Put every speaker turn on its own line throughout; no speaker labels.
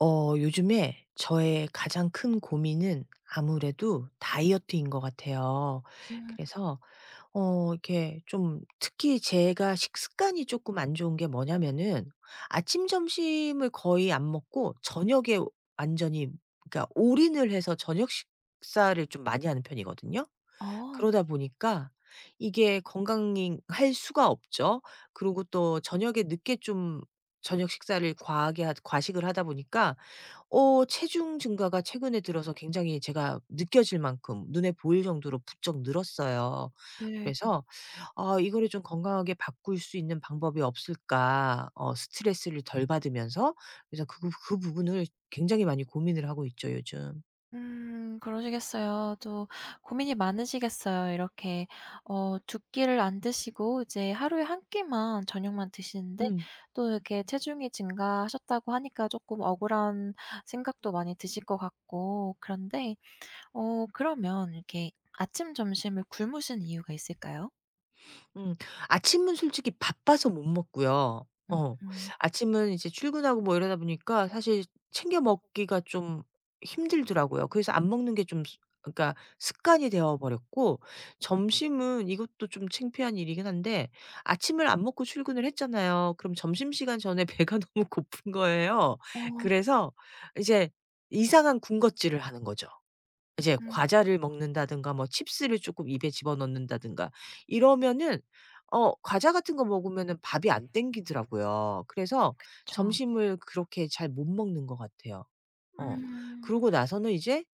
요즘에 저의 가장 큰 고민은 아무래도 다이어트인 것 같아요.
음.
그래서 이렇게 좀, 특히 제가 식습관이 조금 안 좋은 게 뭐냐면은, 아침 점심을 거의 안 먹고 저녁에 완전히, 그러니까 올인을 해서 저녁 식사를 좀 많이 하는 편이거든요.
아,
그러다 보니까 이게 건강할 수가 없죠. 그리고 또 저녁에 늦게 좀 저녁 식사를 과하게 하 과식을 하다 보니까, 체중 증가가 최근에 들어서 굉장히 제가 느껴질 만큼 눈에 보일 정도로 부쩍 늘었어요.
네.
그래서 '아, 이거를 좀 건강하게 바꿀 수 있는 방법이 없을까?' 스트레스를 덜 받으면서, 그래서 그 부분을 굉장히 많이 고민을 하고 있죠, 요즘.
그러시겠어요. 또 고민이 많으시겠어요. 이렇게 두 끼를 안 드시고 이제 하루에 한 끼만 저녁만 드시는데,
음.
또 이렇게 체중이 증가하셨다고 하니까 쪼끔 억울한 생각도 많이 드실 것 같고, 그런데 그러면 이렇게 아침 점심을 굶으신 이유가 있을까요?
음. 아침은 솔직히 바빠서 못 먹고요. 어.
음.
아침은 이제 출근하고 뭐 이러다 보니까 사실 챙겨 먹기가 좀 힘들더라고요. 그래서 안 먹는 게 좀, 그러니까 습관이 되어 버렸고, 점심은, 이것도 좀 창피한 일이긴 한데, 아침을 안 먹고 출근을 했잖아요. 그럼 점심시간 전에 배가 너무 고픈 거예요.
어,
그래서 이제 이상한 군것질을 하는 거죠. 이제
음,
과자를 먹는다든가, 뭐 칩스를 조금 입에 집어넣는다든가 이러면은, 과자 같은 거 먹으면은 밥이 안 땡기더라고요. 그래서
그쵸.
점심을 그렇게 잘 못 먹는 것 같아요. 어.
음.
그러고 나서는 이제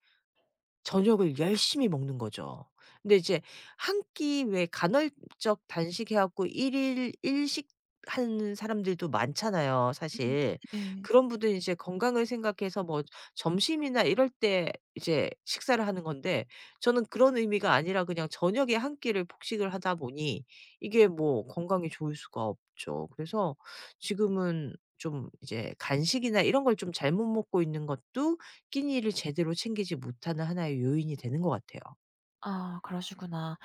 저녁을 열심히 먹는 거죠. 근데 이제 한끼, 왜 간헐적 단식해 갖고 일일 일식 하는 사람들도 많잖아요,
음,
사실.
네.
그런 분들은 이제 건강을 생각해서 뭐 점심이나 이럴 때 이제 식사를 하는 건데, 저는 그런 의미가 아니라 그냥 저녁에 한 끼를 폭식을 하다 보니 이게 뭐 건강에 좋을 수가 없죠. 그래서 지금은 좀 이제 간식이나 이런 걸 좀 잘못 먹고 있는 것도 끼니를 제대로 챙기지 못하는 하나의 요인이 되는 것 같아요.
아, 그러시구나.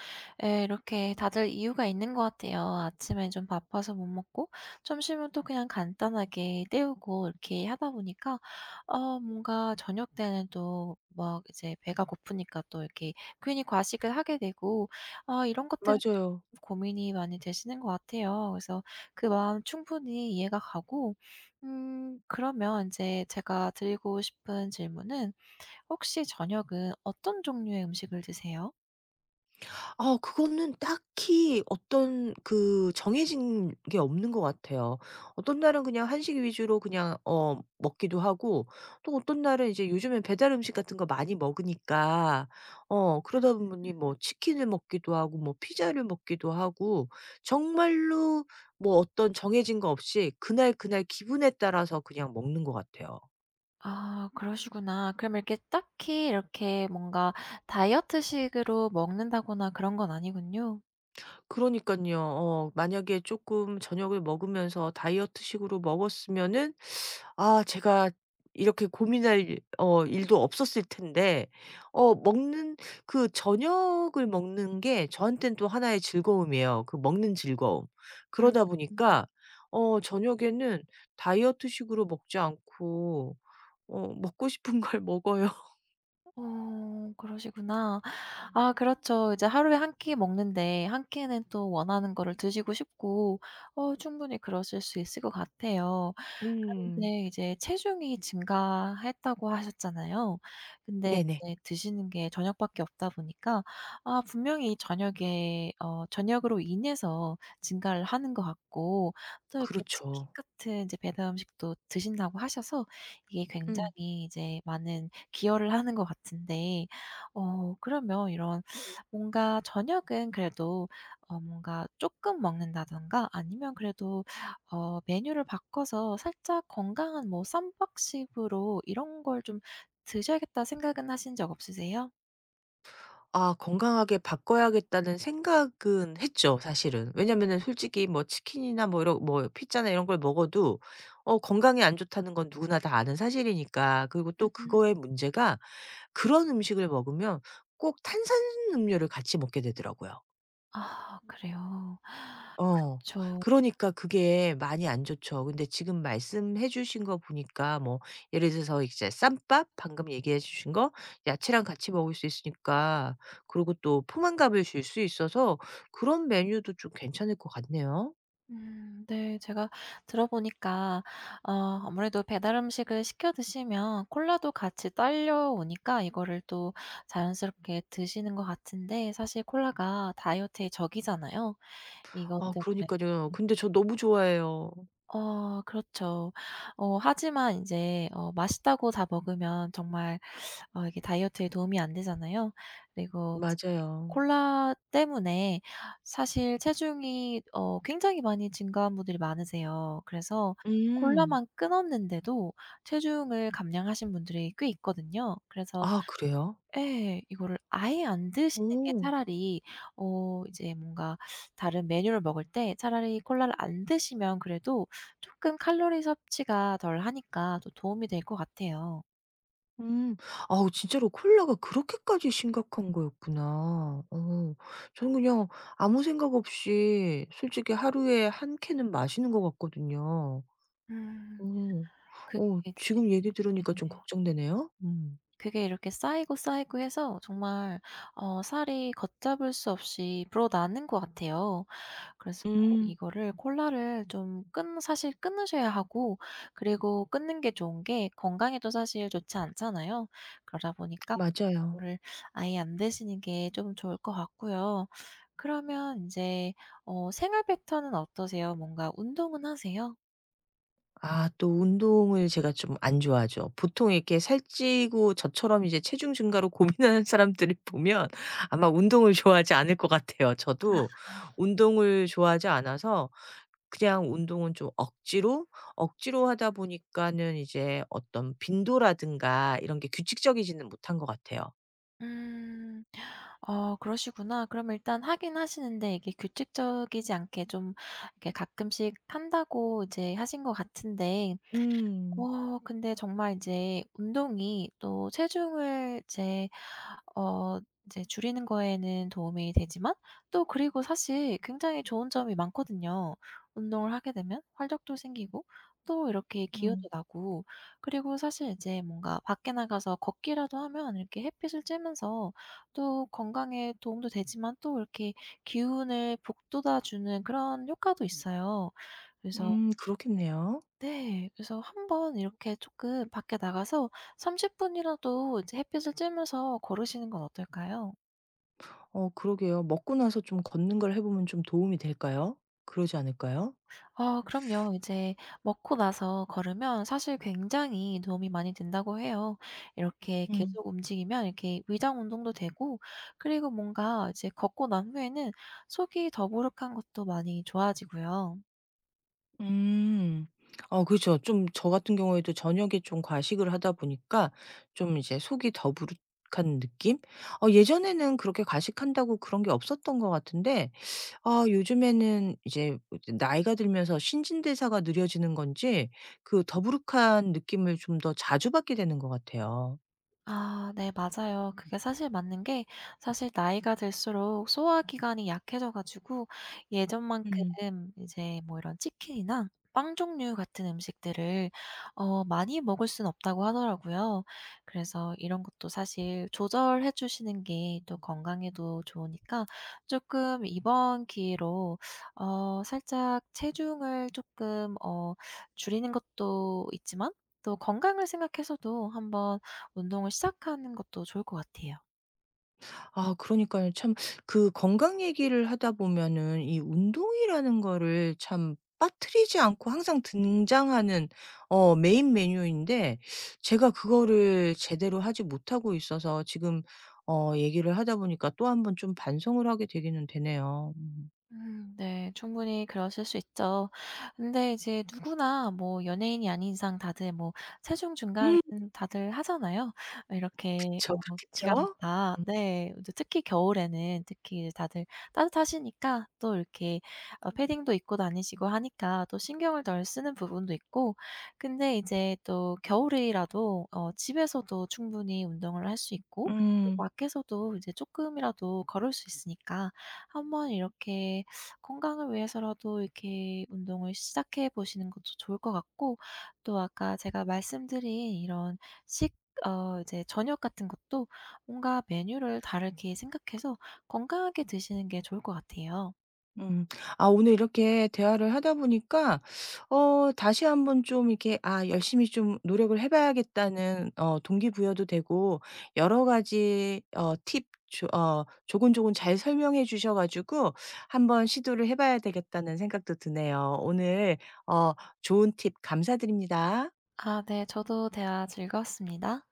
예, 이렇게 다들 이유가 있는 것 같아요. 아침에 좀 바빠서 못 먹고, 점심은 또 그냥 간단하게 때우고, 이렇게 하다 보니까 뭔가 저녁 때는 또 막 이제 배가 고프니까 또 이렇게 괜히 과식을 하게 되고, 이런 것 때문에 좀
맞아요.
고민이 많이 되시는 것 같아요. 그래서 그 마음 충분히 이해가 가고, 그러면 이제 제가 드리고 싶은 질문은, 혹시 저녁은 어떤 종류의 음식을 드세요?
아, 그거는 딱히 어떤 그 정해진 게 없는 것 같아요. 어떤 날은 그냥 한식 위주로 그냥 먹기도 하고, 또 어떤 날은 이제 요즘엔 배달 음식 같은 거 많이 먹으니까 그러다 보니 뭐 치킨을 먹기도 하고 뭐 피자를 먹기도 하고, 정말로 뭐 어떤 정해진 거 없이 그날 그날 기분에 따라서 그냥 먹는 것 같아요.
아, 그러시구나. 그럼 이렇게 딱히 이렇게 뭔가 다이어트식으로 먹는다거나 그런 건 아니군요.
그러니깐요. 만약에 쪼끔 저녁을 먹으면서 다이어트식으로 먹었으면은, 아 제가 이렇게 고민할 일도 없었을 텐데. 어 먹는 그 저녁을 먹는 게 저한테는 또 하나의 즐거움이에요, 그 먹는 즐거움.
음.
그러다 보니까 저녁에는 다이어트식으로 먹지 않고 먹고 싶은 걸 먹어요.
어, 그러시구나. 아, 그렇죠. 이제 하루에 한 끼 먹는데 한 끼는 또 원하는 거를 드시고 싶고, 충분히 그러실 수 있을 것 같아요.
음.
그런데 이제 체중이 증가했다고 하셨잖아요. 근데
네네.
이제 드시는 게 저녁밖에 없다 보니까, 아, 분명히 저녁에 저녁으로 인해서 증가를 하는 것 같고, 또 이렇게 치킨
그렇죠.
같은 이제 배달 음식도 드신다고 하셔서 이게
음.
굉장히 이제 많은 기여를 하는 것 같은데, 그러면 이런, 뭔가 저녁은 그래도 뭔가 조금 먹는다든가, 아니면 그래도 메뉴를 바꿔서 살짝 건강한 뭐 쌈밥식으로 이런 걸 좀 드셔야겠다 생각은 하신 적 없으세요?
아, 건강하게 바꿔야겠다는 생각은 했죠, 사실은. 왜냐면은 솔직히 뭐 치킨이나 뭐 이런 뭐 피자나 이런 걸 먹어도 건강에 안 좋다는 건 누구나 다 아는 사실이니까. 그리고 또
음,
그거의 문제가, 그런 음식을 먹으면 꼭 탄산음료를 같이 먹게 되더라고요.
아, 그래요.
어.
그쵸.
그러니까 그게 많이 안 좋죠. 근데 지금 말씀해 주신 거 보니까 뭐, 예를 들어서 이제 쌈밥 방금 얘기해 주신 거, 야채랑 같이 먹을 수 있으니까, 그리고 또 포만감을 줄 수 있어서 그런 메뉴도 좀 괜찮을 것 같네요.
음, 네. 제가 들어보니까, 아무래도 배달 음식을 시켜 드시면 콜라도 같이 딸려오니까 이거를 또 자연스럽게 드시는 것 같은데, 사실 콜라가 다이어트의 적이잖아요. 이것
아
때문에.
그러니까요. 근데 저 너무 좋아해요.
어, 그렇죠. 하지만 이제 맛있다고 다 먹으면 정말 이게 다이어트에 도움이 안 되잖아요. 그리고 이제
맞아요.
콜라 때문에 사실 체중이 굉장히 많이 증가한 분들이 많으세요. 그래서
음.
콜라만 끊었는데도 체중을 감량하신 분들이 꽤 있거든요. 그래서,
아 그래요?
예, 이거를 아예 안 드시는 게
오.
차라리, 이제 뭔가 다른 메뉴를 먹을 때 차라리 콜라를 안 드시면 그래도 쪼끔 칼로리 섭취가 덜하니까 또 도움이 될 것 같아요.
음. 아우, 진짜로 콜라가 그렇게까지 심각한 거였구나. 어. 저는 그냥 아무 생각 없이 솔직히 하루에 한 캔은 마시는 것 같거든요.
음.
어.
그게 이제.
지금 얘기 들으니까 좀
네네.
걱정되네요. 음.
그게 이렇게 쌓이고 쌓이고 해서 정말 살이 걷잡을 수 없이 불어나는 것 같아요. 그래서
음.
이거를, 콜라를 좀 끊 사실 끊으셔야 하고, 그리고 끊는 게 좋은 게, 건강에도 사실 좋지 않잖아요. 그러다 보니까
맞아요.
이거를 아예 안 드시는 게 좀 좋을 것 같고요. 그러면 인제 생활 패턴은 어떠세요? 뭔가 운동은 하세요?
아, 또 운동을 제가 좀 안 좋아하죠. 보통 이렇게 살찌고 저처럼 이제 체중 증가로 고민하는 사람들을 보면 아마 운동을 좋아하지 않을 것 같아요. 저도 운동을 좋아하지 않아서 그냥 운동은 좀 억지로, 억지로 하다 보니까는 이제 어떤 빈도라든가 이런 게 규칙적이지는 못한 것 같아요.
음. 어, 그러시구나. 그럼 일단 하긴 하시는데, 이게 규칙적이지 않게 좀 이렇게 가끔씩 한다고 이제 하신 것 같은데,
음.
근데 정말 이제 운동이 또 체중을 어 이제 줄이는 거에는 도움이 되지만, 또 그리고 사실 굉장히 좋은 점이 많거든요. 운동을 하게 되면 활력도 생기고, 또 이렇게 기운도
음.
나고. 그리고 사실 이제 뭔가 밖에 나가서 걷기라도 하면, 이렇게 햇빛을 쬐면서 또 건강에 도움도 되지만, 또 이렇게 기운을 북돋아 주는 그런 효과도 있어요. 그래서.
그렇겠네요.
네. 그래서 한번 이렇게 조금 밖에 나가서 30분 분이라도 이제 햇빛을 쬐면서 걸으시는 건 어떨까요?
그러게요. 먹고 나서 좀 걷는 걸 해 보면 좀 도움이 될까요? 그러지 않을까요?
아, 그럼요. 이제 먹고 나서 걸으면 사실 굉장히 도움이 많이 된다고 해요. 이렇게
음.
계속 움직이면 이렇게 위장 운동도 되고, 그리고 뭔가 이제 걷고 난 후에는 속이 더부룩한 것도 많이 좋아지고요.
음. 그죠. 좀 저 같은 경우에도 저녁에 좀 과식을 하다 보니까 좀 이제 속이 더부룩한 느낌? 예전에는 그렇게 과식한다고 그런 게 없었던 것 같은데, 아 요즘에는 이제 나이가 들면서 신진대사가 느려지는 건지 그 더부룩한 느낌을 좀 더 자주 받게 되는 것 같아요.
아, 네, 맞아요. 그게 사실 맞는 게, 사실 나이가 들수록 소화 기관이 약해져 가지고 예전만큼
음.
이제 뭐 이런 치킨이나 빵 종류 같은 음식들을 많이 먹을 순 없다고 하더라고요. 그래서 이런 것도 사실 조절해 주시는 게 또 건강에도 좋으니까, 조금 이번 기회로 살짝 체중을 조금 줄이는 것도 있지만, 또 건강을 생각해서도 한번 운동을 시작하는 것도 좋을 것 같아요.
아 그러니까요. 참, 그 건강 얘기를 하다 보면은 이 운동이라는 거를 참 빠뜨리지 않고 항상 등장하는 메인 메뉴인데, 제가 그거를 제대로 하지 못하고 있어서 지금 얘기를 하다 보니까 또 한 번 좀 반성을 하게 되기는 되네요.
음, 네. 충분히 그러실 수 있죠. 근데 이제 누구나 뭐 연예인이 아닌 이상 다들 뭐 체중 중간
음
다들 하잖아요. 이렇게
그쵸. 그렇겠죠?
기간마다.
음.
네. 이제 특히 겨울에는 특히 이제 다들 따뜻하시니까 또 이렇게 패딩도 입고 다니시고 하니까 또 신경을 덜 쓰는 부분도 있고, 근데 이제 또 겨울이라도 집에서도 충분히 운동을 할 수 있고, 또
음.
밖에서도 이제 조금이라도 걸을 수 있으니까 한번 이렇게 건강을 위해서라도 이렇게 운동을 시작해 보시는 것도 좋을 것 같고, 또 아까 제가 말씀드린 이런 식 어 이제 저녁 같은 것도 뭔가 메뉴를 다르게 생각해서 건강하게 드시는 게 좋을 것 같아요.
음. 아, 오늘 이렇게 대화를 하다 보니까 다시 한번 좀 이렇게 '아, 열심히 좀 노력을 해 봐야겠다.'는 동기부여도 되고, 여러 가지 팁, 조 어 조곤조곤 잘 설명해 주셔 가지고 '한번 시도를 해 봐야 되겠다.'는 생각도 드네요. 오늘 어 좋은 팁 감사드립니다.
아, 네. 저도 대화 즐거웠습니다.